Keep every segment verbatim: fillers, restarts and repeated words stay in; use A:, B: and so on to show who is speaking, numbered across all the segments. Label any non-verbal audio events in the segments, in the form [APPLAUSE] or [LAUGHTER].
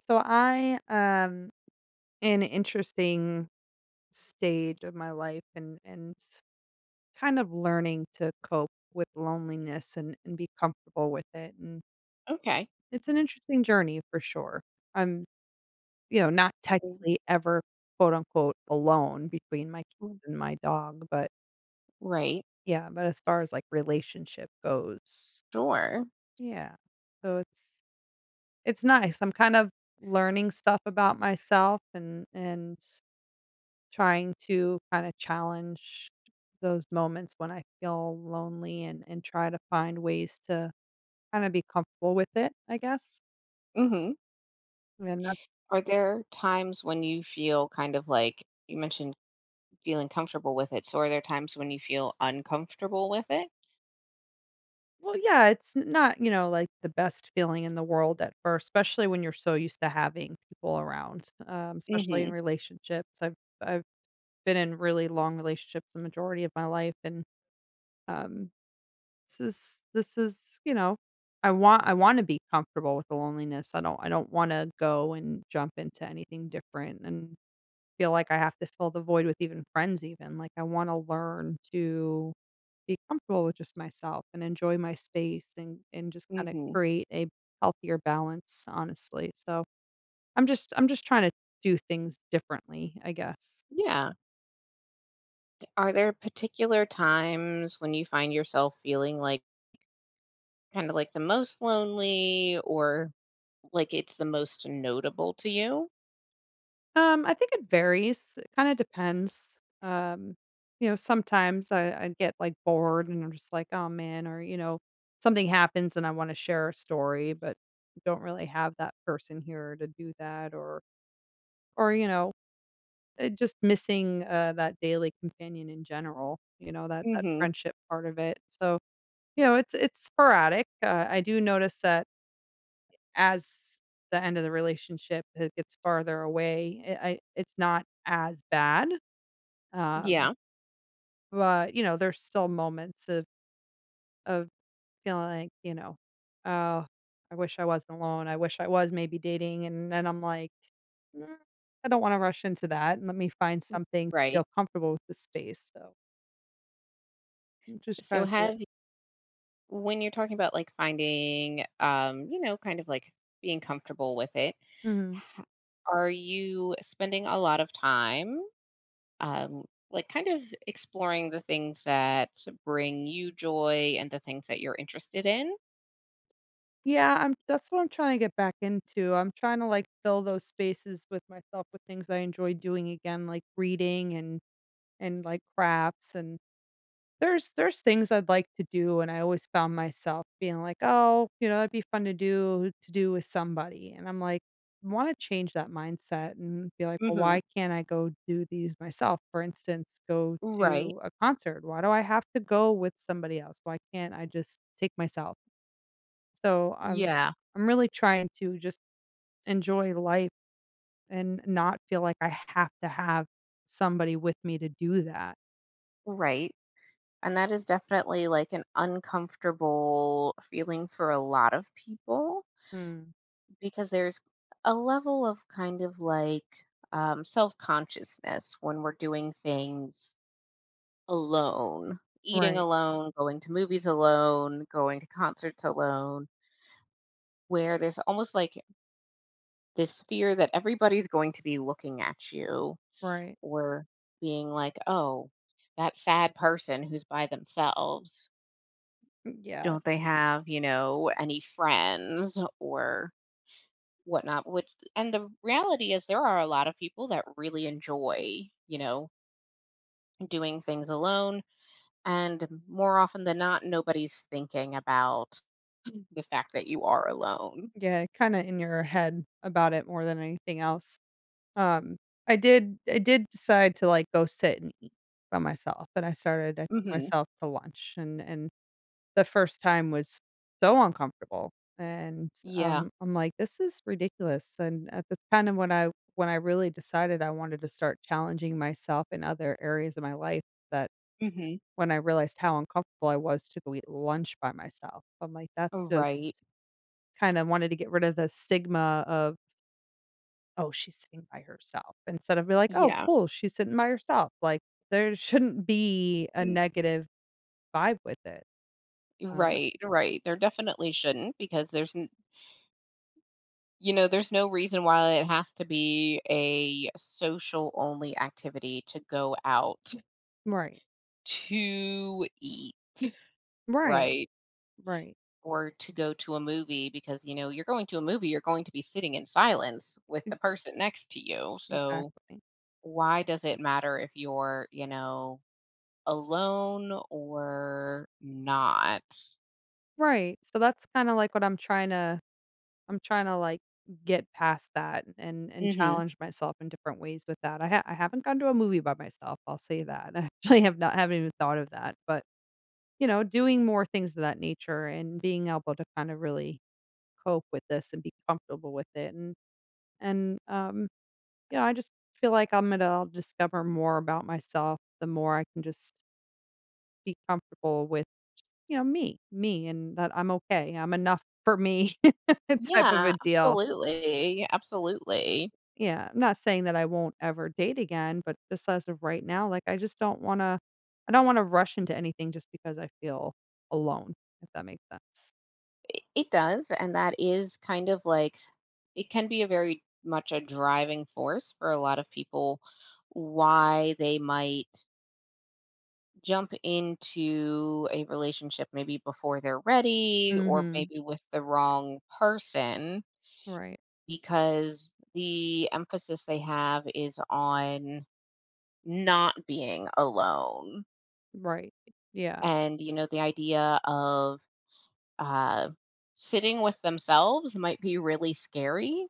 A: So I um in an interesting stage of my life, and and s- kind of learning to cope with loneliness and and be comfortable with it, and
B: Okay.
A: it's an interesting journey for sure. I'm, you know, not
B: Mhm.
A: technically ever quote unquote alone between my
B: Mm.
A: kids and my dog, but
B: Right.
A: yeah, but as far as like relationship goes,
B: Sure.
A: yeah. So it's it's nice. I'm kind of learning stuff about myself, and and trying to kinda challenge those moments when I feel lonely, and and try to find ways to kinda be comfortable with it, I guess,
B: hmm
A: and that's,
B: Are there times when you feel kind of like you mentioned feeling comfortable with it? So are there times when you feel uncomfortable with it?
A: well, yeah, it's not, you know, like, the best feeling in the world at first, especially when you're so used to having people around, um, especially in
B: hmm
A: relationships. I've I've been in really long relationships the majority of my life, and, um, This is this is, you know, I want I wanna be comfortable with the loneliness. I don't I don't wanna go and jump into anything different and feel like I have to fill the void with even friends even. Like, I wanna learn to be comfortable with just myself and enjoy my space and and just kinda
B: hmm
A: create a healthier balance, honestly. So, I'm just I'm just trying to do things differently, I guess.
B: Yeah. Are there particular times when you find yourself feeling like kind of like the most lonely or like it's the most notable to you?
A: Um, I think it varies. It kinda depends. Um, you know, sometimes I I get, like, bored and I'm just like, "Oh, man," or, you know, something happens and I wanna share a story, but don't really have that person here to do that, or or, you know, uh, just missing, uh, that daily companion in general, you know, that that
B: hmm
A: friendship part of it. So, you know, it's it's sporadic. Uh, I do notice that as the end of the relationship, it gets farther away, it I it's not as bad. Um,
B: Yeah.
A: but, you know, there's still moments of of feeling like, you know, "Oh, I wish I wasn't alone. I wish I was maybe dating," and then I'm like, "Mm, I don't wanna rush into that, and let me find something to
B: Right.
A: feel comfortable with the space," so I'm just
B: So
A: trying to figure
B: have
A: out.
B: when you're talking about, like, finding, um, you know, kind of, like, being comfortable with it,
A: Mhm.
B: are you spending a lot of time, um, like, kind of exploring the things that bring you joy and the things that you're interested in?
A: Yeah, I'm that's what I'm trying to get back into. I'm trying to, like, fill those spaces with myself with things I enjoy doing again, like reading and and, like, crafts and There's there's things I'd like to do, and I always found myself being like, "Oh, you know, it would be fun to do to do with somebody," and I'm like, wanna change that mindset and be like, "Well, why
B: Mhm.
A: can't I go do these myself?" For instance, go
B: Right.
A: to a concert. Why do I have to go with somebody else? Why can't I just take myself? So, I'm
B: Yeah.
A: I'm really trying to just enjoy life and not feel like I have to have somebody with me to do that.
B: Right. And that is definitely, like, an uncomfortable feeling for a lot of people
A: Mm.
B: because there's a level of kind of, like, um, self-consciousness when we're doing things alone, eating
A: Right,
B: alone, going to movies alone, going to concerts alone, where there's almost like this fear that everybody's going to be looking at you
A: right.
B: or being like, oh, that sad person who's by themselves.
A: Mm, yeah.
B: Don't they have, you know, any friends or whatnot? Which, and the reality is, there are a lot of people that really enjoy, you know, doing things alone. And more often than not, nobody's thinking about the fact that you are alone.
A: Yeah, kinda in your head about it more than anything else. Um, I did I did decide to, like, go sit and eat by myself, and I started I took
B: Mhm.
A: myself to lunch, and and the first time was so uncomfortable, and,
B: Yeah.
A: um, I'm like, "This is ridiculous," and at the kind of when I when I really decided I wanted to start challenging myself in other areas of my life that
B: Mhm.
A: when I realized how uncomfortable I was to go eat lunch by myself, I'm like, "That's just"
B: Right.
A: kinda wanted to get rid of the stigma of "Oh, she's sitting by herself," instead of be like, "Oh,
B: Yeah.
A: cool, she's sitting by herself," like, there shouldn't be a
B: Y
A: negative vibe with it. Um,
B: Right, right. There definitely shouldn't because there's n you know, there's no reason why it has to be a social only activity to go out
A: right,
B: to eat,
A: right,
B: right?
A: right,
B: Or to go to a movie because, you know, you're going to a movie, you're going to be sitting in silence with
A: e
B: the person next to you. So,
A: exactly.
B: why does it matter if you're, you know, alone or not?
A: Right, so that's kinda like what I'm trying to I'm trying to, like, get past that and and
B: hmm
A: challenge myself in different ways with that. I ha I haven't gone to a movie by myself, I'll say that. [LAUGHS] I actually have not haven't even thought of that, but, you know, doing more things of that nature and being able to kind of really cope with this and be comfortable with it and And, um, you know, I just feel like I'm gonna discover more about myself the more I can just be comfortable with, you know, me me and that I'm okay, I'm enough for me [LAUGHS] type of a
B: Yeah,
A: deal.
B: absolutely. Absolutely.
A: Yeah, I'm not saying that I won't ever date again, but just as of right now, like, I just don't wanna I don't wanna rush into anything just because I feel alone, if that makes sense.
B: It does. And that is kind of like, it can be a very much a driving force for a lot of people why they might jump into a relationship maybe before they're ready or
A: Mhm.
B: maybe with the wrong person
A: Right.
B: because the emphasis they have is on not being alone,
A: Right. Yeah.
B: and you know the idea of uh, sitting with themselves might be really scary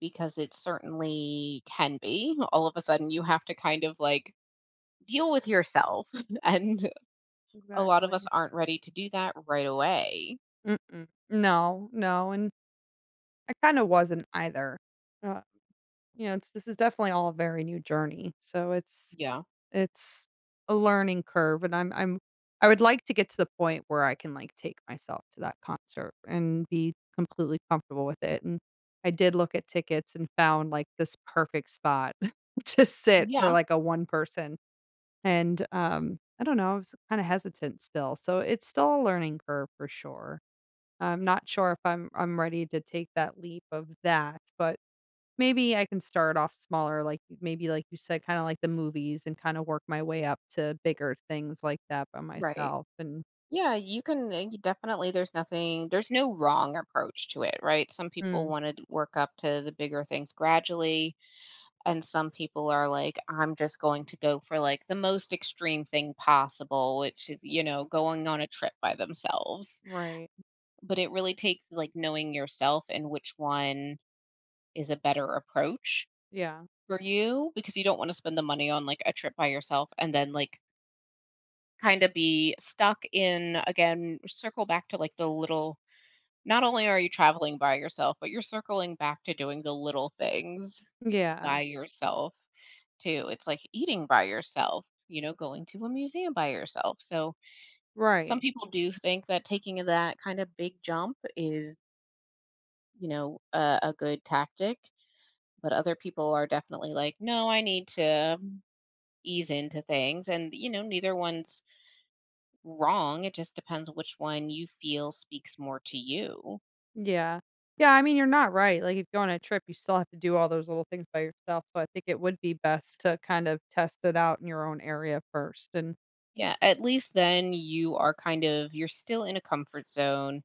B: because it certainly can be all of a sudden you have to kind of like deal with yourself [LAUGHS] and a lot of
A: Exactly.
B: us aren't ready to do that right away.
A: Mm-mm. No, no, and I kinda wasn't either. Uh, you know, it's this is definitely all a very new journey, so it's
B: Yeah.
A: it's a learning curve, and I'm I'm I would like to get to the point where I can, like, take myself to that concert and be completely comfortable with it, and I did look at tickets and found, like, this perfect spot [LAUGHS] to sit for,
B: Yeah,
A: like, a one person, and, um, I don't know, I was kinda hesitant still, so it's still a learning curve for sure. I'm not sure if I'm I'm ready to take that leap of that, but maybe I can start off smaller, like, maybe like you said, kinda like the movies and kinda work my way up to bigger things like that by
B: right.
A: myself and
B: Yeah, you can uh, you definitely, there's nothing there's no wrong approach to it, right? Some people
A: Mm,
B: want to work up to the bigger things gradually. And some people are like, I'm just going to go for like the most extreme thing possible, which is, you know, going on a trip by themselves.
A: right.
B: But it really takes like knowing yourself and which one is a better approach
A: Yeah.
B: for you, because you don't want to spend the money on like a trip by yourself and then like kind of be stuck in, again, circle back to like the little, not only are you traveling by yourself, but you're circling back to doing the little things
A: Yeah,
B: by yourself, too. It's like eating by yourself, you know, going to a museum by yourself. So some
A: right.
B: people do think that taking that kind of big jump is, you know, a, a good tactic, but other people are definitely like, no, I need to ease into things. And, you know, neither one's wrong. It just depends which one you feel speaks more to you.
A: Yeah. Yeah, I mean, you're not right, like, if you go on a trip, you still have to do all those little things by yourself, so I think it would be best to kind of test it out in your own area first and
B: Yeah, at least then you are kind of, you're still in a comfort zone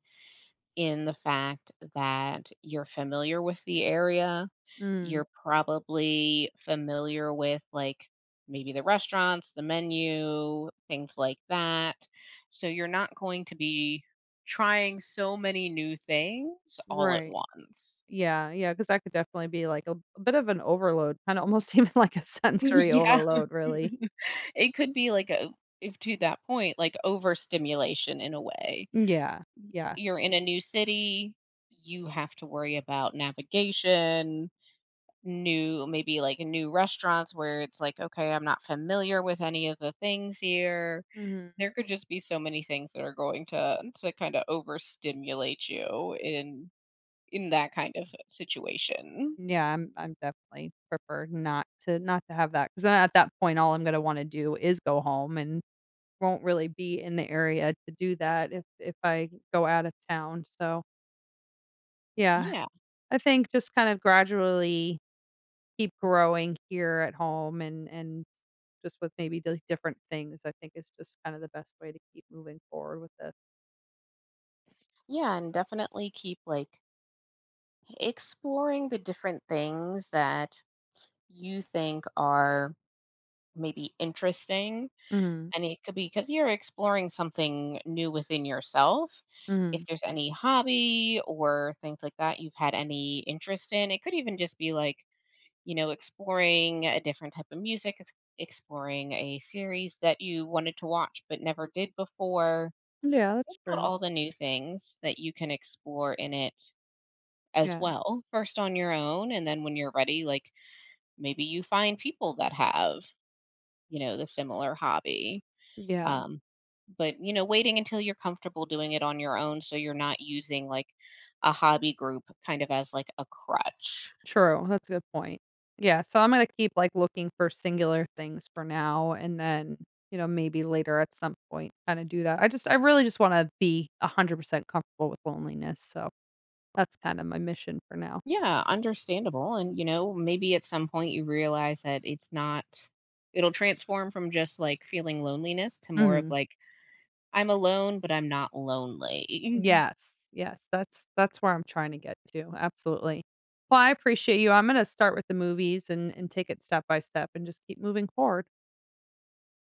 B: in the fact that you're familiar with the area.
A: Mm,
B: You're probably familiar with, like, maybe the restaurants, the menu, things like that. So you're not going to be trying so many new things all at
A: right.
B: once.
A: Yeah, yeah, because that could definitely be, like, a a bit of an overload, kinda almost [LAUGHS] even like a
B: [LAUGHS]
A: sensory
B: Yeah,
A: overload, really.
B: it could be like a, if to that point, like overstimulation in a way.
A: Yeah. Yeah.
B: You're in a new city, you have to worry about navigation, new, maybe like new restaurants where it's like, okay, I'm not familiar with any of the things here.
A: Mhm.
B: There could just be so many things that are going to to kind of overstimulate you in in that kind of situation.
A: Yeah, I'm I'm definitely prefer not to not to have that because then at that point, all I'm gonna wanna do is go home and won't really be in the area to do that if if I go out of town, so, yeah.
B: Yeah.
A: I think just kind of gradually keep growing here at home and and just with maybe the different things, I think is just kind of the best way to keep moving forward with this.
B: Yeah, and definitely keep like exploring the different things that you think are maybe interesting.
A: Mhm,
B: And it could be because you're exploring something new within yourself. If
A: mhm.
B: there's any hobby or things like that you've had any interest in, it could even just be like, you know, exploring a different type of music, ex- exploring a series that you wanted to watch but never did before.
A: Yeah, that's
B: Think about
A: true.
B: all the new things that you can explore in it as
A: Yeah,
B: well, first on your own. And then when you're ready, like maybe you find people that have, you know, the similar hobby.
A: yeah.
B: Um, but you know, waiting until you're comfortable doing it on your own so you're not using like a hobby group kind of as like a crutch.
A: True, that's a good point. Yeah, so I'm gonna keep, like, looking for singular things for now, and then, you know, maybe later at some point kinda do that. I just I really just wanna be one hundred percent comfortable with loneliness, so that's kinda my mission for now.
B: Yeah, understandable. And you know, maybe at some point you realize that it's not, it'll transform from just like feeling loneliness to more of
A: Mhm.
B: like I'm alone, but I'm not lonely. [LAUGHS]
A: Yes, yes, that's that's where I'm trying to get to, absolutely. Well, I appreciate you, I'm gonna start with the movies and and take it step by step and just keep moving forward.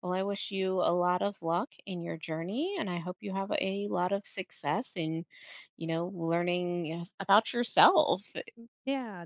B: Well, I wish you a lot of luck in your journey, and I hope you have a lot of success in, you know, learning yes, about yourself.
A: Yeah.